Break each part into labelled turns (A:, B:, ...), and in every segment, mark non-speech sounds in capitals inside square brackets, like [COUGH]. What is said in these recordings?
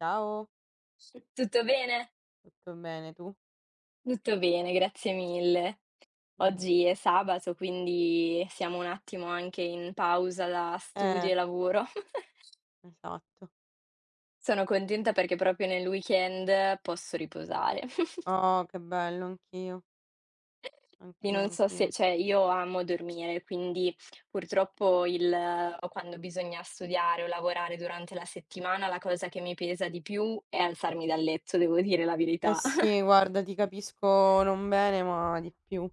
A: Ciao,
B: Tutto bene?
A: tutto bene tu?
B: Tutto bene, grazie mille.
A: Mh.
B: Oggi è sabato, quindi siamo un attimo anche in pausa da studio
A: Eh,
B: e lavoro. [LAUGHS]
A: esatto.
B: Sono contenta perché proprio nel weekend posso riposare. [LAUGHS]
A: Oh, che bello, anch'io,
B: Quindi
A: anch'io,
B: non so se
A: anch'io.
B: cioè io amo dormire, quindi purtroppo il quando bisogna studiare o lavorare durante la settimana, la cosa che mi pesa di più è alzarmi dal letto, devo dire la
A: Eh
B: verità.
A: sì, guarda, ti capisco non bene, ma di più.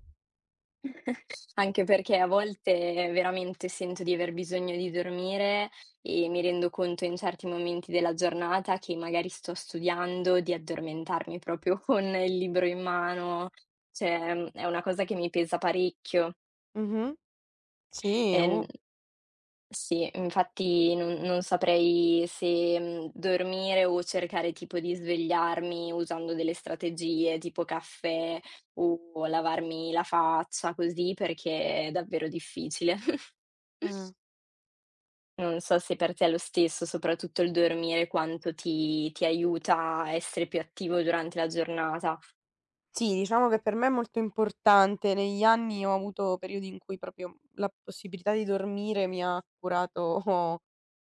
B: Anche perché a volte veramente sento di aver bisogno di dormire e mi rendo conto in certi momenti della giornata che magari sto studiando di addormentarmi proprio [LAUGHS] con il libro in mano, cioè, è una cosa che mi pesa parecchio.
A: Mh-mh. Sì.
B: Ehm, sì, infatti non saprei se, dormire o cercare tipo di svegliarmi usando delle strategie tipo caffè o lavarmi la faccia così, perché è davvero difficile. [LAUGHS]
A: Eh.
B: Non so se per te è lo stesso, soprattutto il dormire quanto ti aiuta a essere più attivo durante la giornata.
A: Sì, diciamo che per me è molto importante. Negli anni ho avuto periodi in cui proprio la possibilità di dormire mi ha curato [LAUGHS]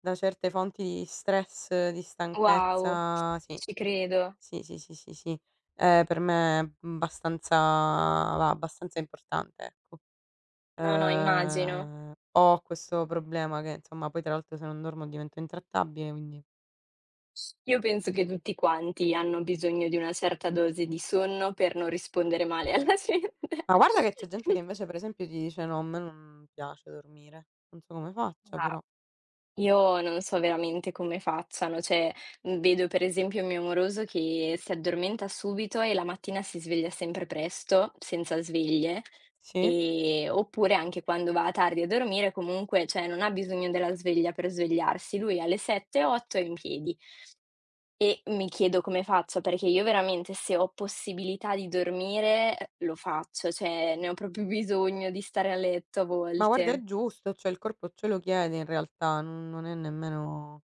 A: da certe fonti di stress, di
B: Wow,
A: stanchezza, sì.
B: ci credo.
A: Sì, sì, sì, sì, sì. Per me, abbastanza va abbastanza importante, ecco.
B: No, no, immagino.
A: Ho questo problema che, insomma, poi tra l'altro se non dormo divento intrattabile, quindi
B: Io penso che tutti quanti hanno bisogno di una certa dose di sonno per non rispondere male alla gente.
A: ma guarda che c'è gente che
B: [LAUGHS]
A: invece per esempio ti dice: "No, a me non piace dormire." Non so come faccia
B: Ma
A: però.
B: io non so veramente come facciano, cioè, vedo per esempio il mio amoroso che si addormenta subito e la mattina si sveglia sempre presto, senza sveglie,
A: Sì?
B: oppure anche quando va tardi a dormire comunque, cioè, non ha bisogno della sveglia per svegliarsi. Lui alle 7, 8 è in piedi e mi chiedo come faccia, perché io veramente se ho possibilità di dormire, lo faccio, cioè ne ho proprio bisogno di stare a letto a
A: Ma guarda è
B: volte.
A: giusto, cioè il corpo ce lo chiede in realtà, non è nemmeno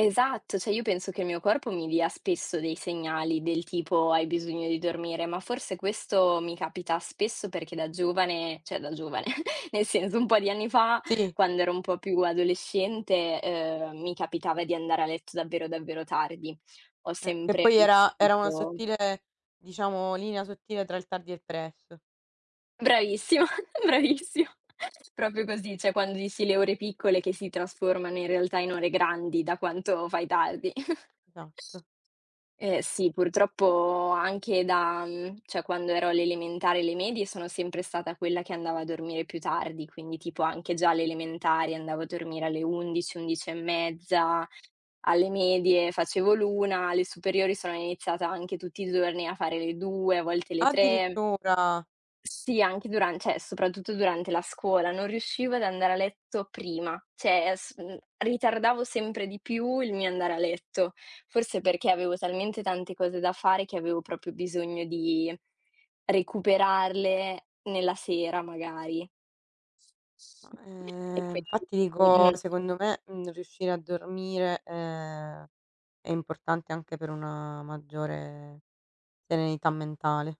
B: Esatto, cioè io penso che il mio corpo mi dia spesso dei segnali del tipo: "Hai bisogno di dormire", ma forse questo mi capita spesso perché da giovane cioè da giovane, [LAUGHS] nel senso un po' di anni fa,
A: sì,
B: quando ero un po' più adolescente, mi capitava di andare a letto davvero, davvero tardi. Ho
A: che
B: sempre
A: poi
B: un po'
A: era una
B: avuto
A: sottile, diciamo, linea sottile tra il tardi e il presto.
B: bravissimo, [LAUGHS] bravissimo, proprio così, cioè quando dici le ore piccole che si trasformano in realtà in ore grandi da quanto fai tardi.
A: Esatto.
B: Eh sì, purtroppo anche cioè quando ero alle elementari e alle medie sono sempre stata quella che andava a dormire più tardi, quindi tipo anche già alle elementari andavo a dormire alle 11, 11 e mezza, alle medie facevo l'1, alle superiori sono iniziata anche tutti i giorni a fare le 2, a volte le 3.
A: Addirittura!
B: Sì, anche duran cioè soprattutto durante la scuola, non riuscivo ad andare a letto prima, cioè ritardavo sempre di più il mio andare a letto, forse perché avevo talmente tante cose da fare che avevo proprio bisogno di recuperarle nella sera magari.
A: Ma,
B: E quindi
A: infatti dico,
B: mh-mh.
A: secondo me, riuscire a dormire, è importante anche per una maggiore serenità mentale.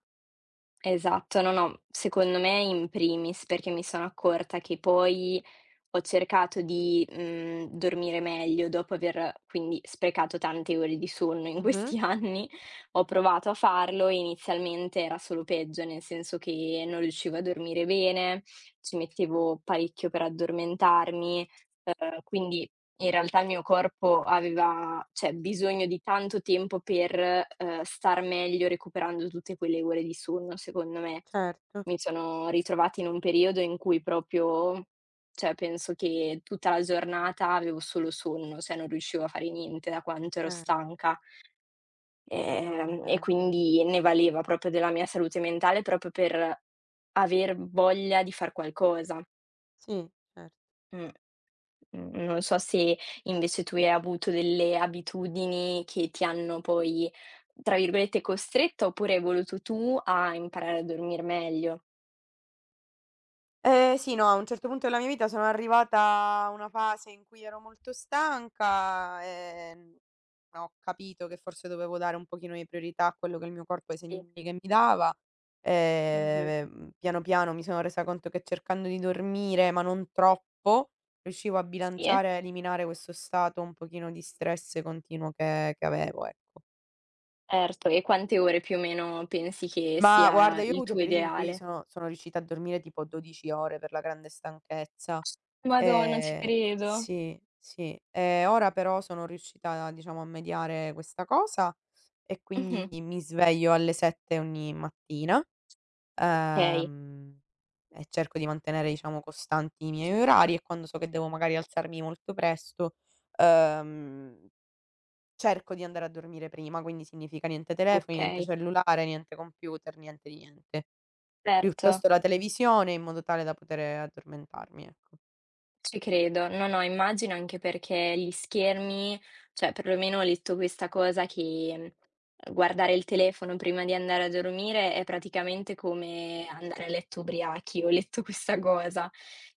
B: Esatto, no, no, secondo me in primis, perché mi sono accorta che poi ho cercato di, dormire meglio dopo aver quindi sprecato tante ore di sonno in
A: Mh-mh.
B: questi [LAUGHS] anni. Ho provato a farlo e inizialmente era solo peggio, nel senso che non riuscivo a dormire bene, ci mettevo parecchio per addormentarmi, quindi in realtà il mio corpo aveva cioè bisogno di tanto tempo per, star meglio recuperando tutte quelle ore di sonno, secondo me.
A: Certo.
B: Mi sono ritrovata in un periodo in cui proprio cioè penso che tutta la giornata avevo solo sonno, cioè non riuscivo a fare niente da quanto ero
A: Eh,
B: stanca.
A: diciamo
B: Ehm,
A: che
B: e
A: non è
B: quindi ne valeva proprio della mia salute mentale, proprio per aver voglia di far qualcosa.
A: sì, cer
B: Mh. Non so se invece tu hai avuto delle abitudini che ti hanno poi, tra virgolette, "costretta" oppure hai voluto tu a imparare a dormir meglio?
A: Sì, no, a un certo punto della mia vita sono arrivata a una fase in cui ero molto stanca, ho capito che forse dovevo dare un pochino di priorità a quello che il mio corpo e ai
B: Sì.
A: segni che mi dava.
B: Mh-mh.
A: Piano piano mi sono resa conto che cercando di dormire, ma non troppo, riuscivo a
B: Sì? Eh?
A: bilanciare e a eliminare questo stato un pochino di stress continuo che avevo, ecco.
B: Certo, e quante ore più o meno pensi che
A: Ma guarda,
B: sia
A: io ho
B: il
A: avuto
B: tuo
A: periodi in cui
B: ideale?
A: sono riuscita a dormire tipo 12 ore per la grande stanchezza.
B: Madonna, ci
A: Ehm,
B: credo.
A: sì, sì. Ora però sono riuscita, diciamo, a mediare questa cosa e
B: Mh-mh.
A: quindi mi sveglio alle 7 ogni mattina,
B: Okay,
A: ehm, e cerco di mantenere, diciamo, costanti i miei orari e quando so che devo magari alzarmi molto presto, ehm, cerco di andare a dormire prima, quindi significa niente telefoni, niente
B: okay,
A: cellulare, niente computer, niente di niente.
B: certo.
A: Piuttosto la televisione in modo tale da poter addormentarmi, ecco.
B: Ci credo. No, no, immagino anche perché gli schermi cioè perlomeno ho letto questa cosa che, guardare il telefono prima di andare a dormire è praticamente come andare a letto ubriachi. Ho letto questa cosa,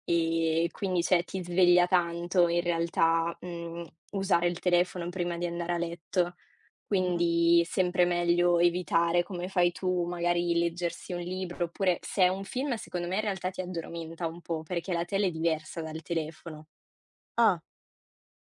B: quindi cioè ti sveglia tanto in realtà, usare il telefono prima di andare a letto.
A: Mh-mh.
B: Quindi sempre meglio evitare, come fai tu, magari leggersi un libro, oppure se è un film secondo me in realtà ti addormenta un po', perché la tele è diversa dal telefono.
A: Ah,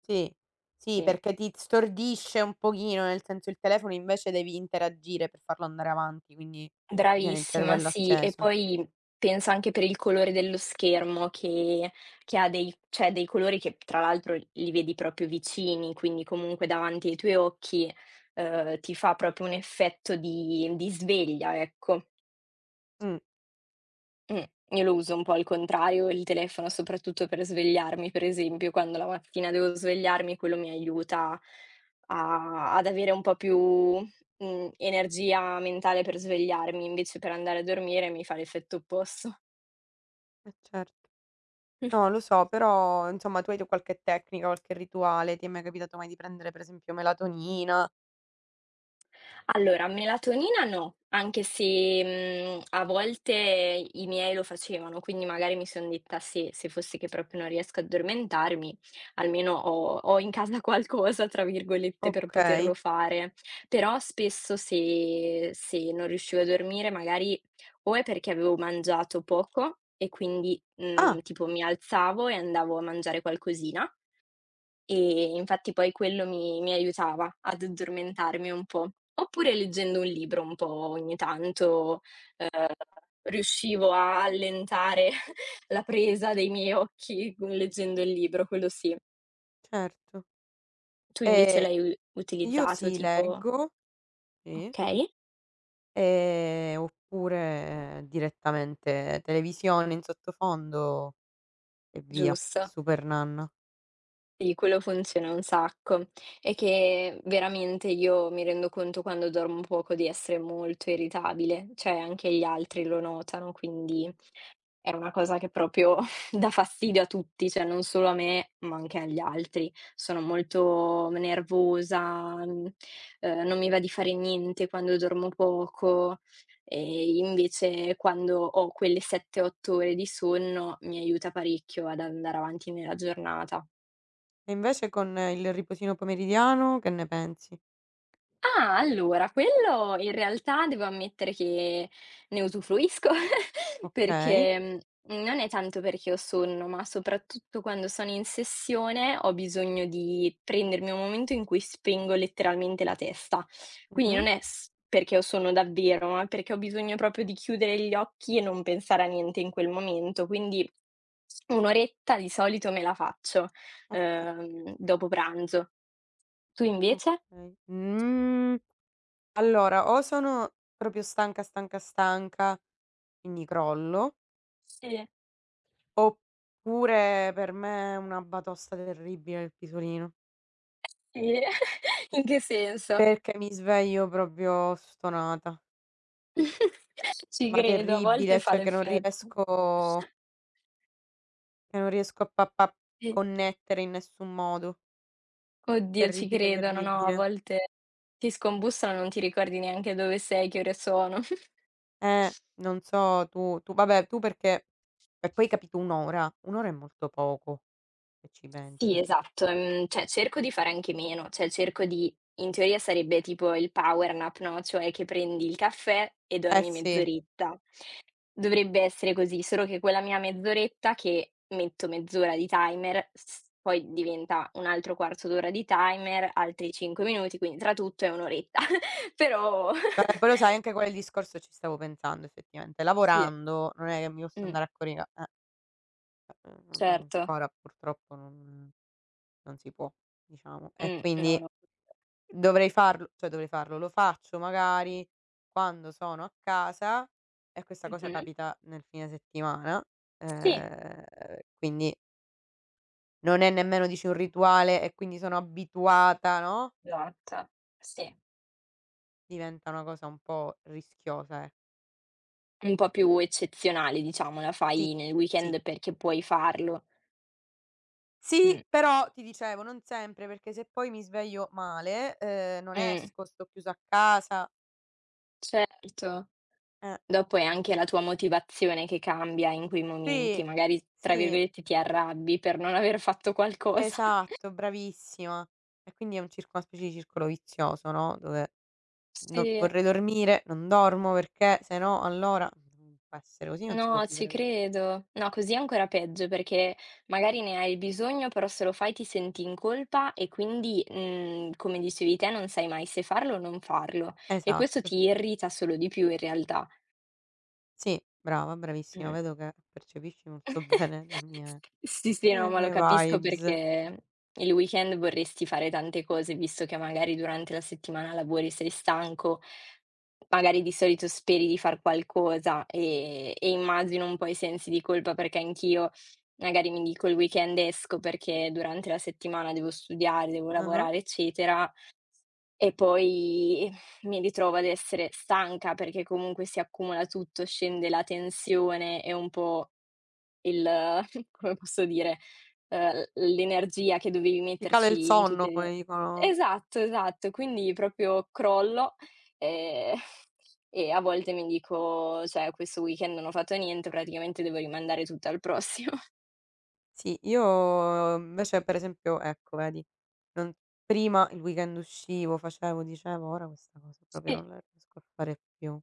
A: sì. Sì,
B: Sì.
A: perché ti stordisce un pochino, nel senso il telefono invece devi interagire per farlo andare avanti, quindi ti tiene il
B: Bravissima,
A: cervello
B: sì. E
A: acceso.
B: poi penso anche per il colore dello schermo che ha dei cioè dei colori che tra l'altro li vedi proprio vicini, quindi comunque davanti ai tuoi occhi, ti fa proprio un effetto di sveglia, ecco.
A: Mh,
B: Mh, io lo uso un po' al contrario il telefono, soprattutto per svegliarmi, per esempio, quando la mattina devo svegliarmi, quello mi aiuta a ad avere un po' più, energia mentale per svegliarmi, invece per andare a dormire mi fa l'effetto opposto.
A: eh certo. No, lo
B: [LAUGHS]
A: so, però insomma tu hai tu qualche tecnica, qualche rituale? Ti è mai capitato mai di prendere per esempio melatonina?
B: Allora, melatonina no, anche se, a volte i miei lo facevano, quindi magari mi son detta: "Se fosse che proprio non riesco ad addormentarmi, almeno ho in casa [LAUGHS] qualcosa", tra virgolette, per
A: Okay.
B: poterlo fare. Però spesso se non riuscivo a dormire magari o è perché avevo mangiato poco e quindi,
A: Ah,
B: tipo mi alzavo e andavo a mangiare qualcosina e infatti poi quello mi aiutava ad addormentarmi un po'. Oppure leggendo un libro un po' ogni tanto, ehm, riuscivo a allentare [LAUGHS] la presa dei miei occhi con leggendo il libro, quello sì.
A: certo.
B: Tu invece
A: Ehm,
B: l'hai u
A: io
B: utilizzato
A: sì,
B: tipo
A: leggo, sì.
B: okay,
A: Oppure direttamente televisione in sottofondo e via,
B: giusto.
A: super nanna.
B: Sì, quello funziona un sacco. È che veramente io mi rendo conto quando dormo poco di essere molto irritabile, cioè anche gli altri lo notano, quindi è una cosa che proprio [LAUGHS] dà fastidio a tutti, cioè non solo a me, ma anche agli altri. Sono molto nervosa, non mi va di fare niente quando dormo poco, e invece quando ho quelle 7, 8 ore di sonno mi aiuta parecchio ad andare avanti nella giornata.
A: E invece con il riposino pomeridiano che ne pensi?
B: Ah, allora quello in realtà devo ammettere che ne usufruisco [LAUGHS]
A: Okay.
B: perché, non è tanto perché ho sonno, ma soprattutto quando sono in sessione ho bisogno di prendermi un momento in cui spengo letteralmente la testa. Quindi non
A: Mh-mh.
B: è s perché ho sonno davvero, ma perché ho bisogno proprio di chiudere gli occhi e non pensare a niente in quel momento, quindi 1 oretta di solito me la faccio,
A: Okay,
B: dopo pranzo. Tu invece?
A: okay. Mhmm, allora o sono proprio stanca, stanca, stanca, quindi crollo,
B: Sì.
A: oppure per me è una batosta terribile il pisolino,
B: Eh, [LAUGHS] in che senso?
A: perché mi sveglio proprio stonata,
B: [LAUGHS] Ci
A: ma
B: credo, a volte
A: terribile,
B: fa
A: cioè che non
B: l'effetto.
A: riesco E non riesco a pa pa
B: Sì.
A: connettere in nessun modo.
B: Oddio, ci
A: Terribile,
B: credo, no, no, a
A: terribile.
B: volte ti scombussano, non ti ricordi neanche dove sei, che ore sono.
A: Eh,
B: [LAUGHS]
A: non so tu vabbè, tu perché e poi capito 1 ora, 1 ora è molto poco, se ci pensi.
B: Sì, esatto, cioè cerco di fare anche meno, cioè cerco di in teoria sarebbe tipo il power nap, no, cioè che prendi il caffè e
A: Eh
B: dormi
A: sì,
B: mezz'oretta. Dovrebbe essere così, solo che quella mia mezz'oretta che metto mezz'ora di timer, s poi diventa un altro quarto d'ora di timer, altri 5 minuti, quindi tra tutto è un'oretta. [LAUGHS] Però
A: vabbè poi lo
B: [LAUGHS]
A: sai anche quel discorso ci stavo pensando effettivamente.
B: sì,
A: Lavorando non è che mi posso
B: mh,
A: andare a corica non
B: certo.
A: ancora purtroppo non non si può, diciamo. E
B: No,
A: quindi
B: no.
A: dovrei farlo cioè dovrei farlo, lo faccio magari quando sono a casa e questa cosa
B: Mh-mh.
A: capita nel fine settimana,
B: Sì,
A: ehm, quindi non è nemmeno dici un rituale e quindi sono abituata, no,
B: esatto, sì.
A: diventa una cosa un po' rischiosa, ecco.
B: Un po' più eccezionale diciamo, la
A: Sì,
B: fai nel
A: sì.
B: weekend perché puoi farlo. Mh,
A: Sì, però ti dicevo non sempre, perché se poi mi sveglio male, non
B: mh,
A: esco, sto chiusa a casa.
B: certo.
A: Eh,
B: Dopo è anche la tua motivazione che cambia in quei
A: sì,
B: momenti, magari tra
A: sì.
B: virgolette "ti arrabbi" per non aver fatto qualcosa. [LAUGHS]
A: Esatto, bravissima. E quindi è un circo una specie di circolo vizioso, no, dove non
B: Sì,
A: vorrei dormire, non dormo perché se no allora non può essere così, non si può
B: no, ci
A: vivere così.
B: credo. No, così è ancora peggio perché magari ne hai bisogno, però se lo fai ti senti in colpa e quindi, come dicevi te, non sai mai se farlo o non farlo e questo
A: Esatto.
B: ti irrita solo di più in realtà.
A: Sì, brava, bravissima.
B: Mh.
A: Vedo che percepisci molto [LAUGHS] bene le mie
B: Sì, sì, no,
A: le
B: ma lo
A: mie
B: capisco
A: vibes.
B: perché il weekend vorresti fare tante cose, visto che magari durante la settimana lavori, sei stanco, magari di solito speri di far qualcosa e immagino un po' i sensi di colpa perché anch'io magari mi dico: "Il weekend esco perché durante la settimana devo studiare, devo
A: Ah-ah.
B: lavorare, eccetera", e poi mi ritrovo ad essere stanca perché comunque si accumula tutto, scende la tensione e un po' il [LAUGHS] come posso dire, l'energia che dovevi
A: Ti cala il
B: metterci in tutte
A: sonno come
B: le
A: dicono.
B: esatto, esatto. Quindi proprio crollo, ehm, [LAUGHS] e a volte mi dico: "Cioè questo weekend non ho fatto niente, praticamente devo rimandare tutto al prossimo."
A: Sì, io invece per esempio ecco vedi, non prima il weekend uscivo, facevo, dicevo, ora questa cosa
B: [LAUGHS]
A: proprio
B: Sì.
A: non la riesco a fare più.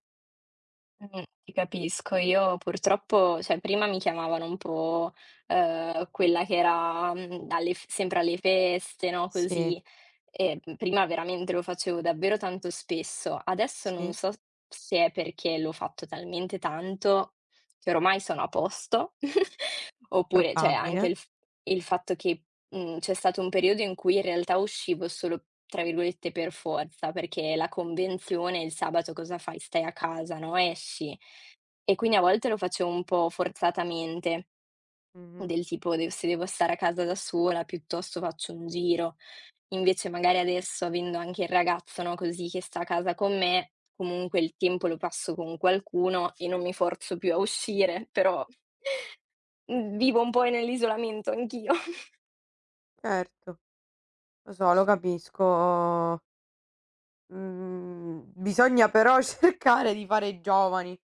B: Ti capisco. Io purtroppo cioè prima mi chiamavano un po', quella che era, alle f sempre alle feste, no,
A: Sì.
B: così. E, prima veramente lo facevo davvero tanto spesso. Adesso non
A: Sì,
B: so s se è perché l'ho fatto talmente tanto che ormai sono a posto, [LAUGHS] oppure cioè anche
A: probabile.
B: il fatto che c'è stato un periodo in cui in realtà uscivo solo, tra virgolette, "per forza", perché la convenzione il sabato cosa fai? Stai a casa, no, esci. E quindi a volte lo facevo un po' forzatamente,
A: Mh-mh.
B: del tipo de se devo stare a casa da sola, piuttosto faccio un giro. Invece magari adesso avendo anche il ragazzo, no, così che sta a casa con me, comunque il tempo lo passo con qualcuno e non mi forzo più a uscire, però, [LAUGHS] mhmm, vivo un po' nell'isolamento anch'io.
A: Certo, lo so, lo capisco. Mhmm, bisogna però [LAUGHS] cercare di fare i giovani.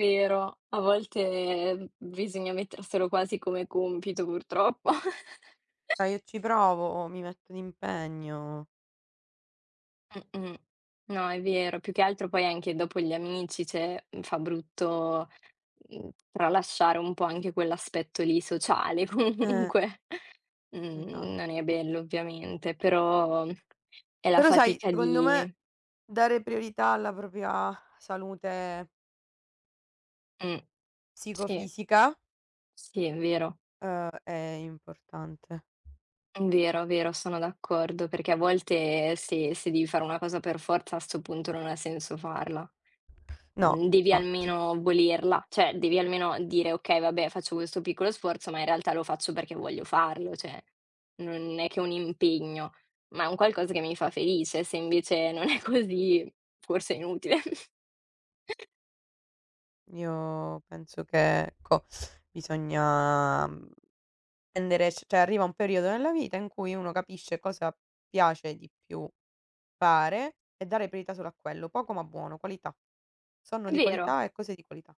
B: Vero, a volte bisogna metterselo quasi come compito purtroppo.
A: Dai, io ci provo, mi metto d'impegno.
B: [LAUGHS] Mh-mh. No, è vero. Più che altro poi anche dopo gli amici, cioè, fa brutto, tralasciare un po' anche quell'aspetto lì sociale [LAUGHS]
A: Eh,
B: comunque.
A: esa
B: Non è bello ovviamente, però è la
A: Però sai,
B: fatica
A: secondo
B: di
A: me dare priorità alla propria salute
B: mh, sì,
A: psicofisica,
B: sì, è vero.
A: è importante.
B: Vero, vero, sono d'accordo, perché a volte se devi fare una cosa per forza a 'sto punto non ha senso farla.
A: No,
B: Devi
A: infatti.
B: almeno volerla, cioè devi almeno dire: "Okay, vabbè, faccio questo piccolo sforzo, ma in realtà lo faccio perché voglio farlo", cioè non è che è un impegno, ma è un qualcosa che mi fa felice. Se invece non è così, forse è inutile. [LAUGHS]
A: Io penso che, ecco, bisogna, mhmm prendere c cioè arriva un periodo nella vita in cui uno capisce cosa piace di più fare e dare priorità solo a quello. Poco ma buono, qualità. Sonno
B: È
A: di
B: vero,
A: qualità e cose di qualità.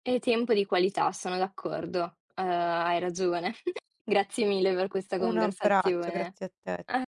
B: è tempo di qualità, sono d'accordo. Hai ragione. [LAUGHS] Grazie mille per questa
A: Un abbraccio,
B: conversazione.
A: grazie a te.